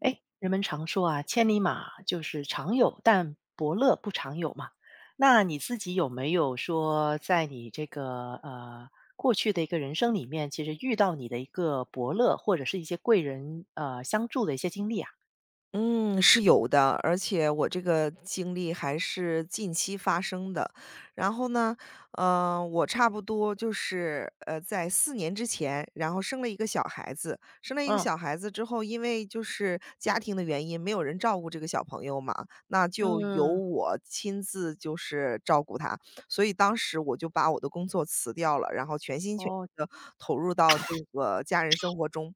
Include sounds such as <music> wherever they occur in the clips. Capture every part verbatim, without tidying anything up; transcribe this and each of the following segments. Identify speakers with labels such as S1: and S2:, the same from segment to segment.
S1: 哎，人们常说啊，千里马就是常有，但伯乐不常有嘛。那你自己有没有说，在你这个呃过去的一个人生里面，其实遇到你的一个伯乐或者是一些贵人呃相助的一些经历啊？
S2: 嗯，是有的，而且我这个经历还是近期发生的。然后呢，呃，我差不多就是，呃，在四年之前，然后生了一个小孩子。生了一个
S1: 嗯
S2: 小孩子之后，因为就是家庭的原因，没有人照顾这个小朋友嘛，那就由
S1: 嗯，
S2: 我亲自就是照顾他。所以当时我就把我的工作辞掉了，然后全心全意
S1: 哦
S2: 的投入到这个家人生活中。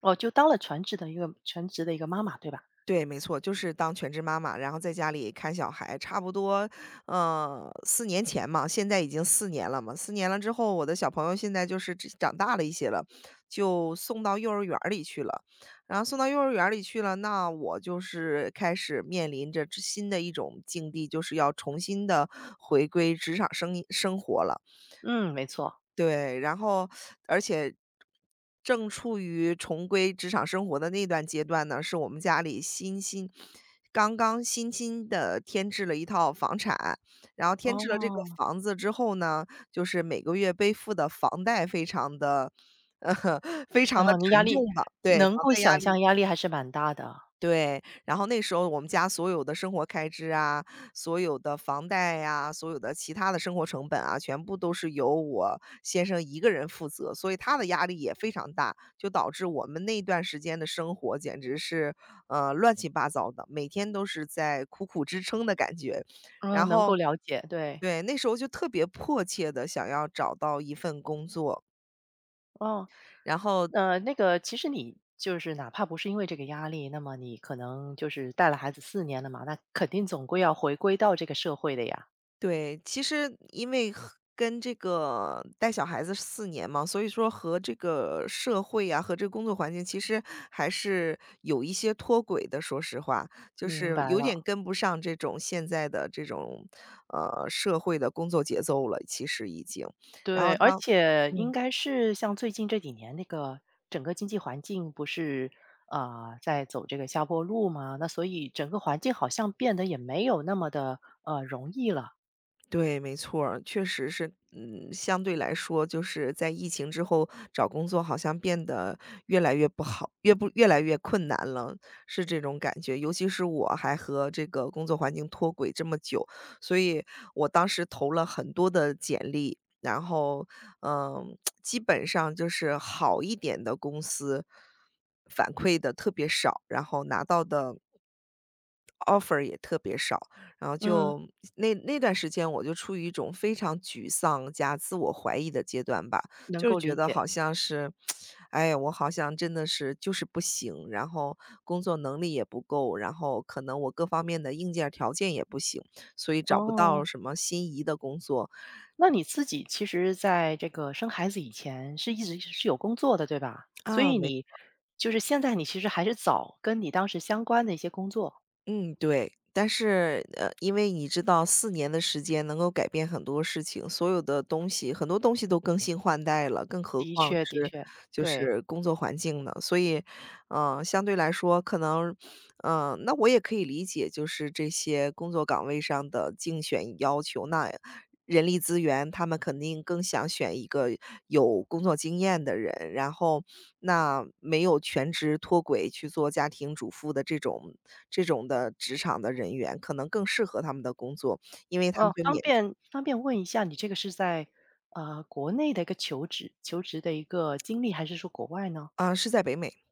S1: 哦，就当了全职的一个全职的一个妈妈，对吧？
S2: 对，没错，就是当全职妈妈，然后在家里看小孩，差不多，呃四年前嘛，现在已经四年了嘛四年了之后，我的小朋友现在就是只长大了一些了，就送到幼儿园儿里去了。然后送到幼儿园儿里去了，那我就是开始面临着之新的一种境地，就是要重新的回归职场生生活了。
S1: 嗯，没错。
S2: 对，然后而且正处于重归职场生活的那段阶段呢，是我们家里新新刚刚新新的添置了一套房产，然后添置了这个
S1: 哦
S2: 房子之后呢，就是每个月背负的房贷非常的 <laughs> 呃非常的
S1: 哦，你压
S2: 沉
S1: 力
S2: 重吧，对，
S1: 能
S2: 房
S1: 够
S2: 贷压
S1: 想
S2: 力。
S1: 象，压力还是蛮大的啊。
S2: 对，然后那时候我们家所有的生活开支啊，所有的房贷呀，所有的其他的生活成本啊，全部都是由我先生一个人负责，所以他的压力也非常大，就导致我们那段时间的生活简直是，呃，乱七八糟的，每天都是在苦苦支撑的感觉。然
S1: 嗯，能
S2: 后
S1: 够了解，对。
S2: 对，那时候就特别迫切的想要找到一份工作，
S1: 哦。
S2: 然后
S1: 呃，那个其实你就是哪怕不是因为这个压力，那么你可能就是带了孩子四年了嘛，那肯定总归要回归到这个社会的呀。
S2: 对，其实因为和跟这个带小孩子四年嘛，所以说和这个社会呀，和这个工作环境其实还是有一些脱轨的，说实话。就
S1: 明
S2: 是
S1: 白
S2: 有
S1: 了，
S2: 点跟不上这种现在的这种，呃，社会的工作节奏了，其实已经。然
S1: 对，
S2: 后
S1: 而
S2: 当
S1: 且应
S2: 嗯。
S1: 该是像最近这几年那个整个经济环境不是，啊呃在走这个下坡路嘛，那所以整个环境好像变得也没有那么的呃，容易了。
S2: 对，没错儿确实是，嗯，相对来说，就是在疫情之后找工作好像变得越来越不好，越不越来越困难了，是这种感觉。尤其是我还和这个工作环境脱轨这么久，所以我当时投了很多的简历，然后，嗯，<tsk> 基本上就是好一点的公司反馈的特别少，然后拿到的offer 也特别少，然后
S1: 嗯，
S2: 就那那段时间我就处于一种非常沮丧加自我怀疑的阶段吧，
S1: 能
S2: 就是
S1: 够
S2: 觉
S1: 理
S2: 得
S1: 解，
S2: 好像是，哎呀我好像真的是就是不行，然后工作能力也不够，然后可能我各方面的硬件条件也不行，所以找不到
S1: 哦。
S2: 什么心仪的工作
S1: 那你自己其实在这个生孩子以前是一直是有工作的，对吧？所
S2: 啊。
S1: 以
S2: 没
S1: 你就是现在你其实还是早跟你当时相关的一些工作，
S2: 嗯，对。但是，呃，因为你知道四年的时间能够改变很多事情，所有的东西很多东西都更新换代了，更何
S1: 的
S2: 况
S1: 确的
S2: 是
S1: 确，
S2: 就
S1: 对。
S2: 是工作环境呢？所以，嗯，相对来说可能嗯，那我也可以理解，就是这些工作岗位上的竞选要求，那人力资源他们肯定更想选一个有工作经验的人，然后那没有全职脱轨去做家庭主妇的这种这种的职场的人员，可能更适合他们的工作，因为他们
S1: 哦，
S2: 就
S1: 方
S2: 免
S1: 便方便问一下你这个是在，呃，国内的一个求职求职的一个经历，还是说国外呢？
S2: 啊，是在北美，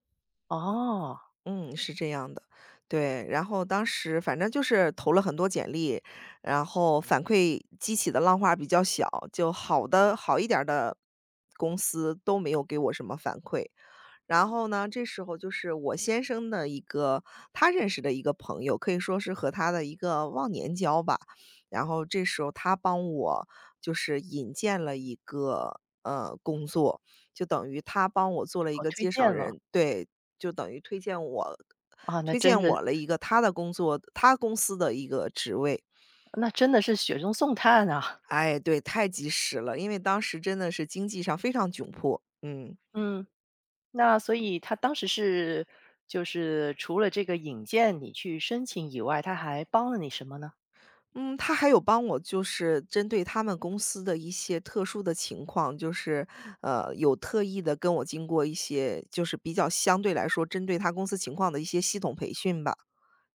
S1: 哦，
S2: 嗯，是这样的。对，然后当时反正就是投了很多简历，然后反馈激起的浪花比较小，就好的好一点儿的公司都没有给我什么反馈。然后呢，这时候就是我先生的一个他认识的一个朋友，可以说是和他的一个忘年交吧。然后这时候他帮我就是引荐了一个呃工作，就等于他帮我做了一
S1: 哦，
S2: 个
S1: 推
S2: 介绍
S1: 荐了，
S2: 人，对，就等于推荐我
S1: 啊，那
S2: 推
S1: 真
S2: 荐
S1: 的
S2: 我了一个他的工作，他公司的一个职位。
S1: 那真的是雪中送炭啊，
S2: 哎，对，太及时了，因为当时真的是经济上非常窘迫，嗯。
S1: <laughs> 嗯。那所以他当时是就是除了这个引荐你去申请以外，他还帮了你什么呢？
S2: 嗯，他还有帮我就是针对他们公司的一些特殊的情况，就是，呃，有特意的跟我经过一些就是比较相对来说针对他公司情况的一些系统培训吧。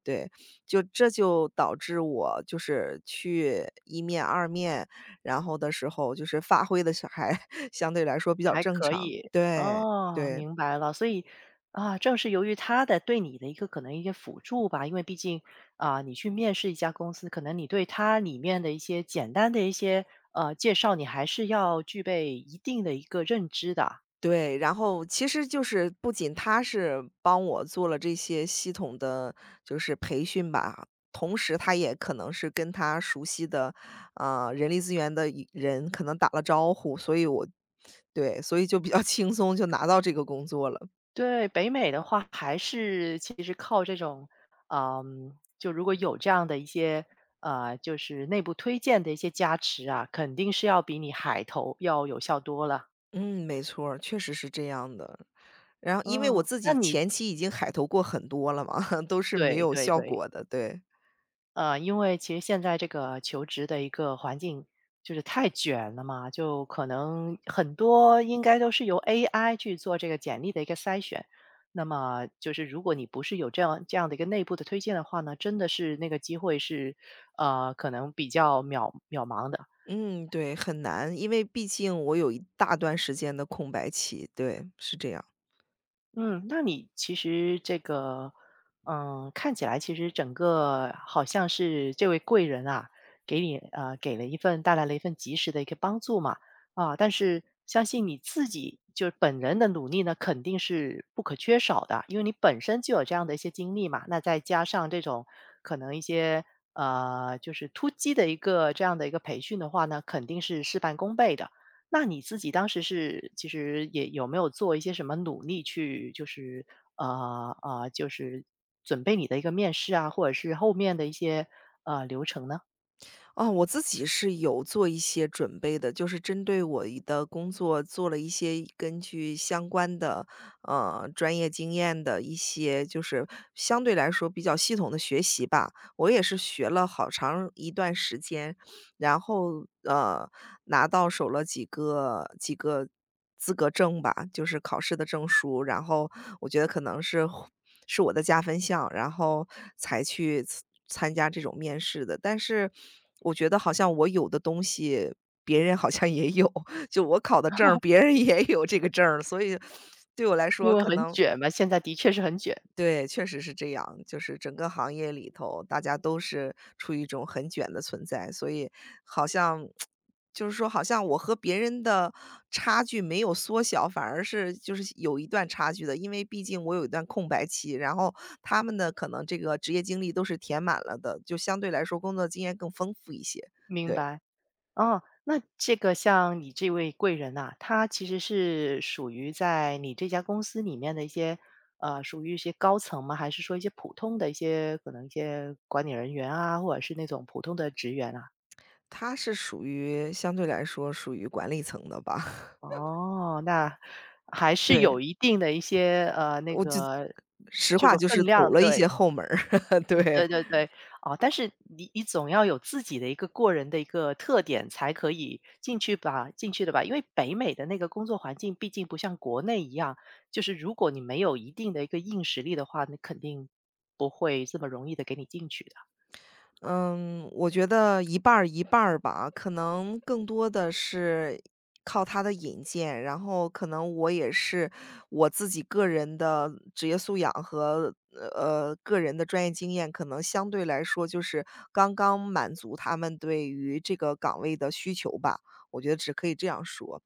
S2: 对，就这就导致我就是去一面、二面，然后的时候就是发挥的是还 <laughs> 相对来说比较正常。对，
S1: 哦，
S2: 对。
S1: 明白了，所以，啊，正是由于他的对你的一个可能一些辅助吧，因为毕竟，啊，你去面试一家公司，可能你对它里面的一些简单的一些，呃，介绍，你还是要具备一定的一个认知的。
S2: 对，然后其实就是不仅他是帮我做了这些系统的就是培训吧，同时他也可能是跟他熟悉的，呃，人力资源的一人可能打了招呼，所以我对，所以就比较 <laughs> 轻松就拿到这个工作了。
S1: 对，北美的话还是其实靠这种，嗯，就如果有这样的一些，呃，就是内部推荐的一些加持啊，肯定是要比你海投要有效多了。
S2: 嗯，没错儿确实是这样的。然后因为我
S1: 嗯，
S2: 自
S1: 那
S2: 己
S1: 你
S2: 前期已经海投过很多了嘛，<laughs> 都是没
S1: 对
S2: 有
S1: 对
S2: 效
S1: 对。
S2: 果的，对。
S1: 呃，因为其实现在这个求职的一个环境就是太卷了嘛，就可能很多应该都是由 A I 去做这个简历的一个筛选。那么就是如果你不是有这样这样的一个内部的推荐的话呢，真的是那个机会是呃可能比较渺渺茫的。
S2: 嗯，对，很难，因为毕竟我有一大段时间的空白期，对，是这样。
S1: 嗯，那你其实这个，嗯，看起来其实整个好像是这位贵人啊，给你呃给了一份带来了一份及时的一个帮助嘛，啊，但是相信你自己就是本人的努力呢，肯定是不可缺少的，因为你本身就有这样的一些经历嘛，那再加上这种可能一些呃就是突击的一个这样的一个培训的话呢，肯定是事半功倍的。那你自己当时是其实也有没有做一些什么努力去就是呃呃，就是准备你的一个面试啊，或者是后面的一些呃流程呢？
S2: 啊，我自己是有做一些准备的，就是针对我一的工作做了一些根据相关的，呃，专业经验的一些，就是相对来说比较系统的学习吧。我也是学了好长一段时间，然后，呃，拿到手了几个几个资格证吧，就是考试的证书，然后我觉得可能是是我的加分项，然后才去参参加这种面试的。但是我觉得好像我有的东西，别人好像也有，<laughs> 就我考的证儿别人也有这个证儿，所以对我来
S1: 因
S2: 说
S1: 为
S2: 可
S1: 很
S2: 能
S1: 卷嘛，现在的确是很卷，
S2: 对，确实是这样。就是整个行业里头，大家都是处于一种很卷的存在，所以好像就是说，好像我和别人的差距没有缩小，反而是就是有一段差距的。因为毕竟我有一段空白期，然后他们的可能这个职业经历都是填满了的，就相对来说工作经验更丰富一些。
S1: 明
S2: 对，
S1: 白。哦，那这个像你这位贵人呐，他其实是属于在你这家公司里面的一些呃，属于一些高层吗？还是说一些普通的一些可能一些管理人员啊，或者是那种普通的职员啊？
S2: 他是属于相对来说属于管理层的吧？<laughs>
S1: 哦，那还是
S2: 对，
S1: 有一定的一些，呃，那个
S2: 实
S1: 这
S2: 话
S1: 个
S2: 就
S1: 分
S2: 是走
S1: 量，
S2: 了一些
S1: 对，
S2: 后门儿，<laughs> 对。
S1: 对对对。哦，但是你你总要有自己的一个过人的一个特点，才可以进去吧进去的吧？因为北美的那个工作环境毕竟不像国内一样，就是如果你没有一定的一个硬实力的话，你肯定不会这么容易的给你进去的。
S2: 嗯，我觉得一半儿一半儿吧，可能更多的是靠他的引荐，然后可能我也是我自己个人的职业素养和呃个人的专业经验，可能相对来说就是刚刚满足他们对于这个岗位的需求吧，我觉得只可以这样说。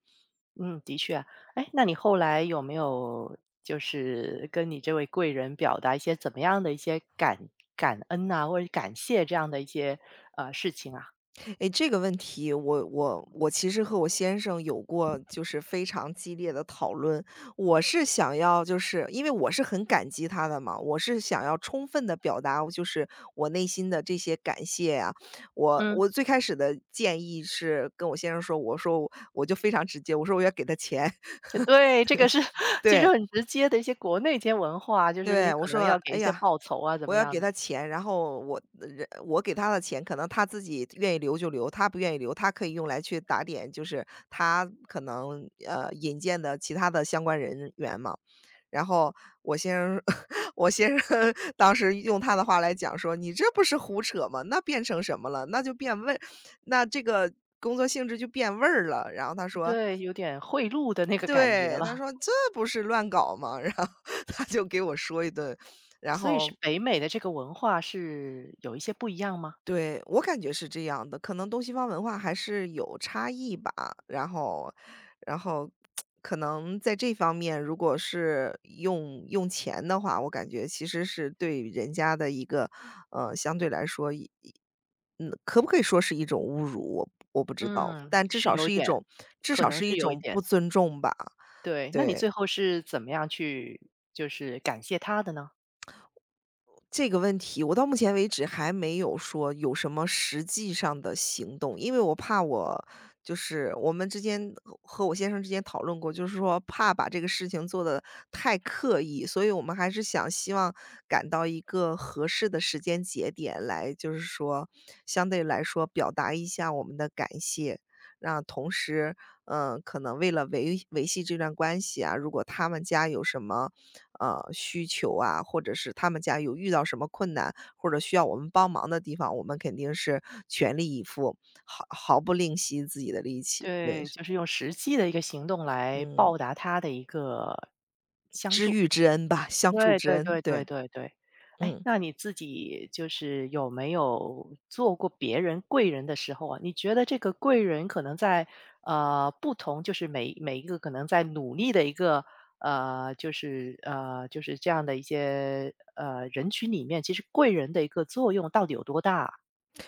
S1: 嗯，的确啊。哎，那你后来有没有就是跟你这位贵人表达一些怎么样的一些感感恩呐、或者感谢这样的一些呃事情啊？
S2: 诶，这个问题我我我其实和我先生有过就是非常激烈的讨论。我是想要就是因为我是很感激他的嘛，我是想要充分的表达就是我内心的这些感谢呀。我
S1: 嗯，
S2: 我最开始的建议是跟我先生说，我说我就非常直接，我说我要给他钱。<laughs>
S1: 对，这个是 <laughs> 其
S2: 对，
S1: 实很直接的一些国内一些文化，就是
S2: 对，
S1: 你
S2: 我
S1: 可能
S2: 说：
S1: 要给
S2: “哎
S1: 一些
S2: 呀，
S1: 报酬啊，怎
S2: 我
S1: 么
S2: 要
S1: 样
S2: 给
S1: 的？
S2: 他钱，然后我呃人我给他的钱，可能他自己愿意留就留，他不愿意留，他可以用来去打点，就是他可能呃引荐的其他的相关人员嘛。然后我先生，<laughs> 我先生 <laughs> 当时用他的话来讲说：“你这不是胡扯吗？那变成什么了？那就变味，那这个工作性质就变味儿了。”然后他说：
S1: 对，有点贿赂的那个感觉
S2: “对，他
S1: 了。
S2: 说这不是乱搞吗？”然后 <laughs> 他就给我说一顿，然
S1: 所以是
S2: 后
S1: 北美的这个文化是有一些不一样吗？
S2: 对，我感觉是这样的，可能东西方文化还是有差异吧。然后，然后可能在这方面，如果是用用钱的话，我感觉其实是对人家的一个，呃，相对来说一一嗯，可不可以说是一种侮辱？我我不知道，
S1: 嗯，
S2: 但至
S1: 是
S2: 少
S1: 有一
S2: 是一
S1: 点，
S2: 种至
S1: 可
S2: 少
S1: 能
S2: 是一
S1: 是有一
S2: 种
S1: 点。
S2: 不尊重吧。
S1: 对，那你
S2: 对。
S1: 最后是怎么样去就是感谢他的呢？
S2: 这个问题，我到目前为止还没有说有什么实际上的行动，因为我怕我就是我们之间和我先生之间讨论过，就是说怕把这个事情做得太刻意，所以我们还是想希望赶到一个合适的时间节点来，就是说相对来说表达一下我们的感谢。让同时嗯，可能为了维维系这段关系啊，如果他们家有什么，呃，需求啊，或者是他们家有遇到什么困难，或者需要我们帮忙的地方，我们肯定是全力以赴，毫毫不吝惜自己的力气。对，
S1: 对，
S2: 是。
S1: 就是用实际的一个行动来
S2: 嗯，
S1: 报答他的一个相
S2: 知
S1: 助。
S2: 遇之恩吧，相助
S1: 对
S2: 之
S1: 对
S2: 恩，
S1: 对对
S2: 对。
S1: 对对。哎，
S2: 嗯。
S1: 那你自己就是有没有做过别人贵人的时候啊，你觉得这个贵人可能在，呃，不同就是每每一个可能在努力的一个，呃，就是呃，就是这样的一些，呃，人群里面，其实贵人的一个作用到底有多大啊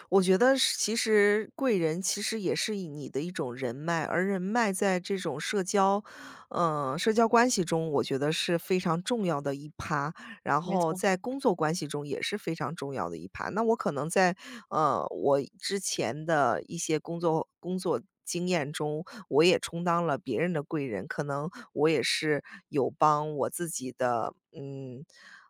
S2: 我觉得是其实贵人其实也是以你的一种人脉，而人脉在这种社交，嗯，社交关系中，我觉得是非常重要的一趴，然
S1: 没
S2: 后
S1: 错。
S2: 在工作关系中也是非常重要的一趴。那我可能在，呃，我之前的一些工作工作经验中，我也充当了别人的贵人，可能我也是有帮我自己的，嗯，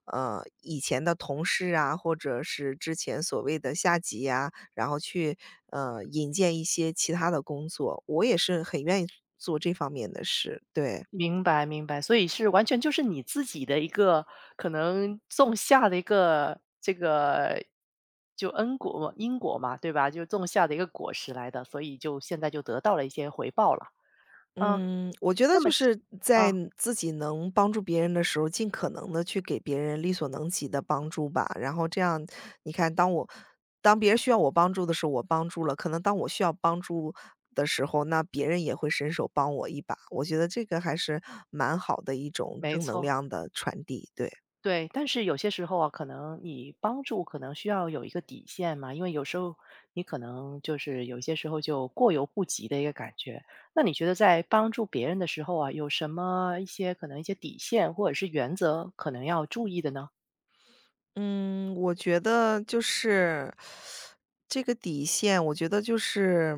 S2: 呃，以前的同事啊，或者是之前所谓的下级呀、然后去呃引荐一些其他的工作，我也是很愿意做这方面的事。对。
S1: 明白明白，所以是完全就是你自己的一个可能种下的一个这个就恩果嘛因果嘛，对吧？就种下的一个果实来的，所以就现在就得到了一些回报了。嗯，
S2: 嗯，我觉得
S1: 那么
S2: 就
S1: 其
S2: 是在
S1: 啊，
S2: 自己能帮助别人的时候，尽可能的去给别人力所能及的帮助吧。然后这样，你看，当我当别人需要我帮助的时候，我帮助了；可能当我需要帮助的时候，那别人也会伸手帮我一把。我觉得这个还是蛮好的一种
S1: 没
S2: 正能
S1: 错。
S2: 量的传递。对。
S1: 对，但是有些时候啊，可能你帮助可能需要有一个底线嘛，因为有时候你可能就是有些时候就过犹不及的一个感觉。那你觉得在帮助别人的时候啊，有什么一些可能一些底线或者是原则可能要注意的呢？
S2: 嗯，我觉得就是这个底线，我觉得就是，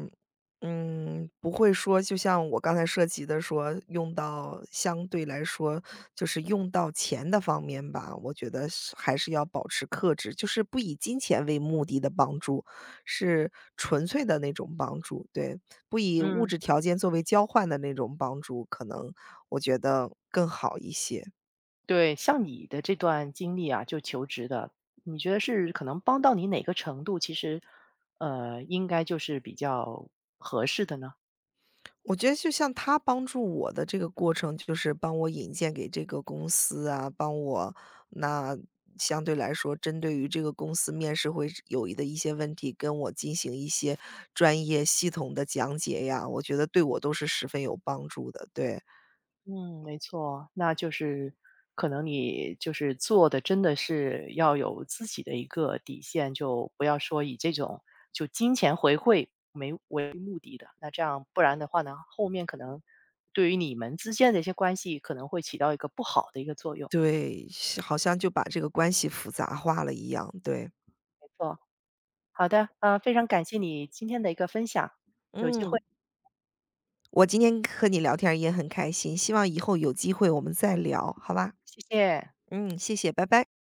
S2: 嗯，不会说，就像我刚才涉及的说，用到相对来说，就是用到钱的方面吧，我觉得是还是要保持克制，就是不以金钱为目的的帮助，是纯粹的那种帮助，对，不以物
S1: 嗯，
S2: 质条件作为交换的那种帮助，可能我觉得更好一些。
S1: 对，像你的这段经历啊，就求职的，你觉得是可能帮到你哪个程度，其实呃，应该就是比较合适的呢？
S2: 我觉得就像他帮助我的这个过程，就是帮我引荐给这个公司啊，帮我那相对来说，针对于这个公司面试会有的一些问题，跟我进行一些专业系统的讲解呀，我觉得对我都是十分有帮助的。对
S1: 嗯，没错，那就是可能你就是做的真的是要有自己的一个底线，就不要说以这种就金钱回馈的，那这样不然的话呢，后面可能对于你们之间的一些关系可能会起到一个不好的一个作用。
S2: 对，是好像就把这个关系复杂化了一样。对。
S1: 没错，好的，呃，非常感谢你今天的一个分享，有机会，
S2: 嗯，我今天和你聊天儿也很开心，希望以后有机会我们再聊，好吧？
S1: 谢谢。
S2: 嗯，谢谢，拜拜。